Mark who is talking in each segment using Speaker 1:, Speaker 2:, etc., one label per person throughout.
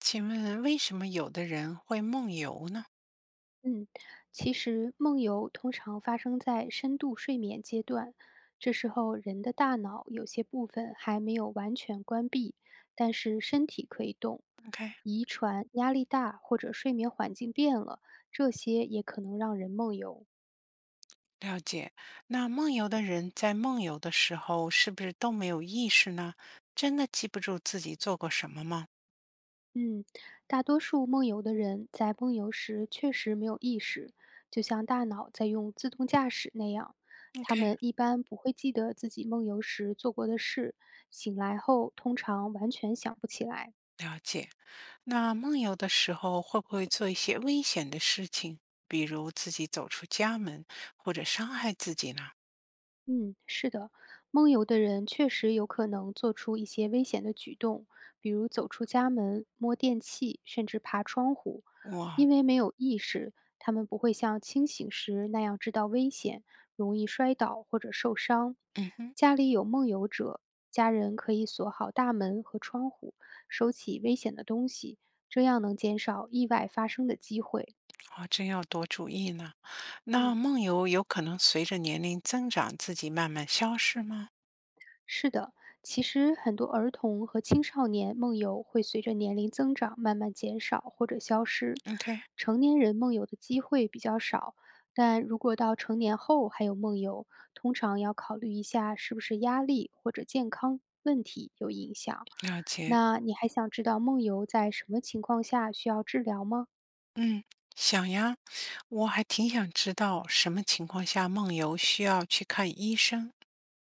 Speaker 1: 请问为什么有的人会梦游呢
Speaker 2: 嗯，其实梦游通常发生在深度睡眠阶段，这时候人的大脑有些部分还没有完全关闭，但是身体可以动。
Speaker 1: ？OK，
Speaker 2: 遗传、压力大或者睡眠环境变了，这些也可能让人梦游。
Speaker 1: 了解。那梦游的人在梦游的时候是不是都没有意识呢？真的记不住自己做过什么吗
Speaker 2: 嗯，大多数梦游的人在梦游时确实没有意识，就像大脑在用自动驾驶那样。他
Speaker 1: ？OK，
Speaker 2: 们一般不会记得自己梦游时做过的事，醒来后通常完全想不起来。
Speaker 1: 了解。那梦游的时候会不会做一些危险的事情，比如自己走出家门或者伤害自己呢？
Speaker 2: 嗯，是的，梦游的人确实有可能做出一些危险的举动，比如走出家门、摸电器，甚至爬窗户。
Speaker 1: 哇，
Speaker 2: 因为没有意识，他们不会像清醒时那样知道危险，容易摔倒或者受伤。
Speaker 1: 嗯哼，
Speaker 2: 家里有梦游者，家人可以锁好大门和窗户，收起危险的东西，这样能减少意外发生的机会。
Speaker 1: 我真要多注意呢。那
Speaker 2: 嗯。
Speaker 1: 梦游有可能随着年龄增长自己慢慢消失吗
Speaker 2: 是的，其实很多儿童和青少年梦游会随着年龄增长慢慢减少或者消失，
Speaker 1: ？OK，
Speaker 2: 成年人梦游的机会比较少。但如果到成年后还有梦游，通常要考虑一下是不是压力或者健康问题有影响。
Speaker 1: 了解。
Speaker 2: 那你还想知道梦游在什么情况下需要治疗吗？
Speaker 1: 嗯，想呀，我还挺想知道什么情况下梦游需要去看医生。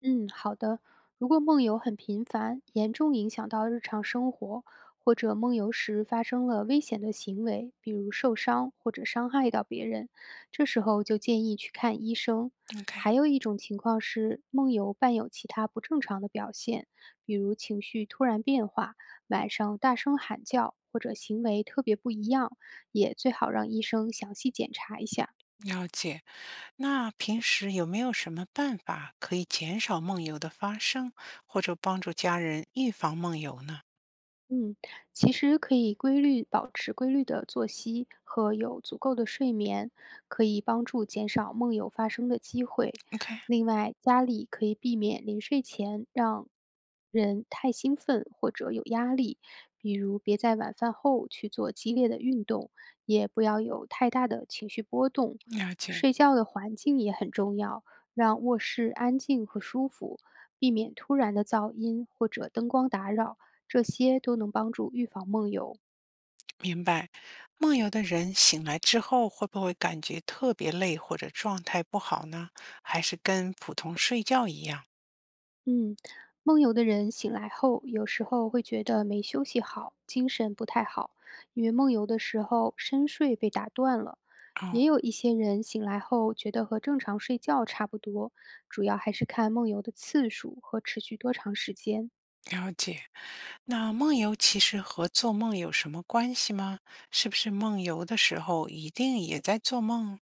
Speaker 2: 嗯，好的。如果梦游很频繁，严重影响到日常生活，或者梦游时发生了危险的行为，比如受伤或者伤害到别人，这时候就建议去看医生。
Speaker 1: OK，
Speaker 2: 还有一种情况是梦游伴有其他不正常的表现，比如情绪突然变化、晚上大声喊叫或者行为特别不一样，也最好让医生详细检查一下。
Speaker 1: 了解。那平时有没有什么办法可以减少梦游的发生，或者帮助家人预防梦游呢
Speaker 2: 嗯，其实可以保持规律的作息和有足够的睡眠，可以帮助减少梦游发生的机会。
Speaker 1: ？OK，
Speaker 2: 另外，家里可以避免临睡前让人太兴奋或者有压力，比如别在晚饭后去做激烈的运动，也不要有太大的情绪波动。
Speaker 1: 了解，
Speaker 2: 睡觉的环境也很重要，让卧室安静和舒服，避免突然的噪音或者灯光打扰。这些都能帮助预防梦游。
Speaker 1: 明白。梦游的人醒来之后会不会感觉特别累或者状态不好呢？还是跟普通睡觉一样
Speaker 2: 嗯，梦游的人醒来后，有时候会觉得没休息好，精神不太好，因为梦游的时候深睡被打断了。也
Speaker 1: 哦。
Speaker 2: 有一些人醒来后觉得和正常睡觉差不多，主要还是看梦游的次数和持续多长时间。
Speaker 1: 了解。那梦游其实和做梦有什么关系吗？是不是梦游的时候一定也在做梦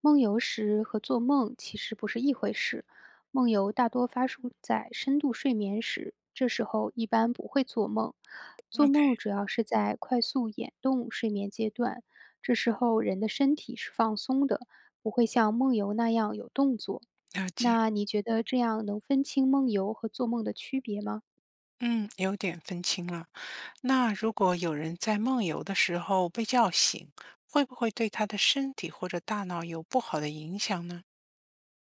Speaker 2: 梦游时和做梦其实不是一回事，梦游大多发生在深度睡眠时，这时候一般不会做梦。做
Speaker 1: ？OK，
Speaker 2: 梦主要是在快速眼动睡眠阶段，这时候人的身体是放松的，不会像梦游那样有动作。
Speaker 1: 了解。
Speaker 2: 那你觉得这样能分清梦游和做梦的区别吗？
Speaker 1: 嗯，有点分清了。那如果有人在梦游的时候被叫醒，会不会对他的身体或者大脑有不好的影响呢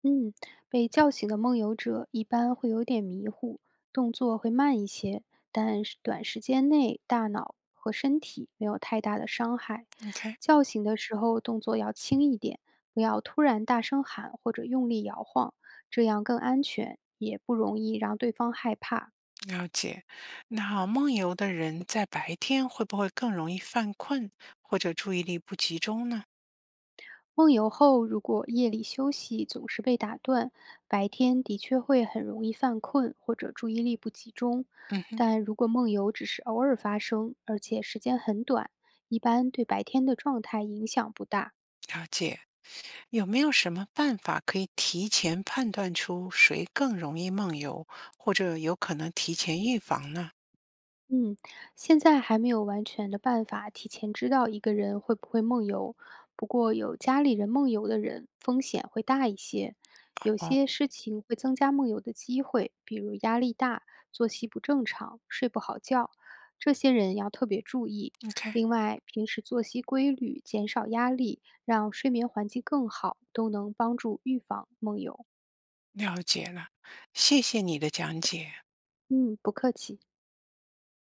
Speaker 2: 嗯，被叫醒的梦游者一般会有点迷糊，动作会慢一些，但是短时间内大脑和身体没有太大的伤害。
Speaker 1: ？OK，
Speaker 2: 叫醒的时候动作要轻一点，不要突然大声喊或者用力摇晃，这样更安全，也不容易让对方害怕。
Speaker 1: 了解。那梦游的人在白天会不会更容易犯困或者注意力不集中呢？
Speaker 2: 梦游后，如果夜里休息总是被打断，白天的确会很容易犯困或者注意力不集中。
Speaker 1: 嗯哼，
Speaker 2: 但如果梦游只是偶尔发生，而且时间很短，一般对白天的状态影响不大。
Speaker 1: 了解。有没有什么办法可以提前判断出谁更容易梦游，或者有可能提前预防呢？
Speaker 2: 嗯，现在还没有完全的办法提前知道一个人会不会梦游，不过有家里人梦游的人风险会大一些。有
Speaker 1: 哦
Speaker 2: 些事情会增加梦游的机会，比如压力大、作息不正常、睡不好觉，这些人要特别注意。
Speaker 1: ，OK，
Speaker 2: 另外，平时作息规律、减少压力，让睡眠环境更好，都能帮助预防梦游。
Speaker 1: 了解了，谢谢你的讲解。
Speaker 2: 嗯，不客气。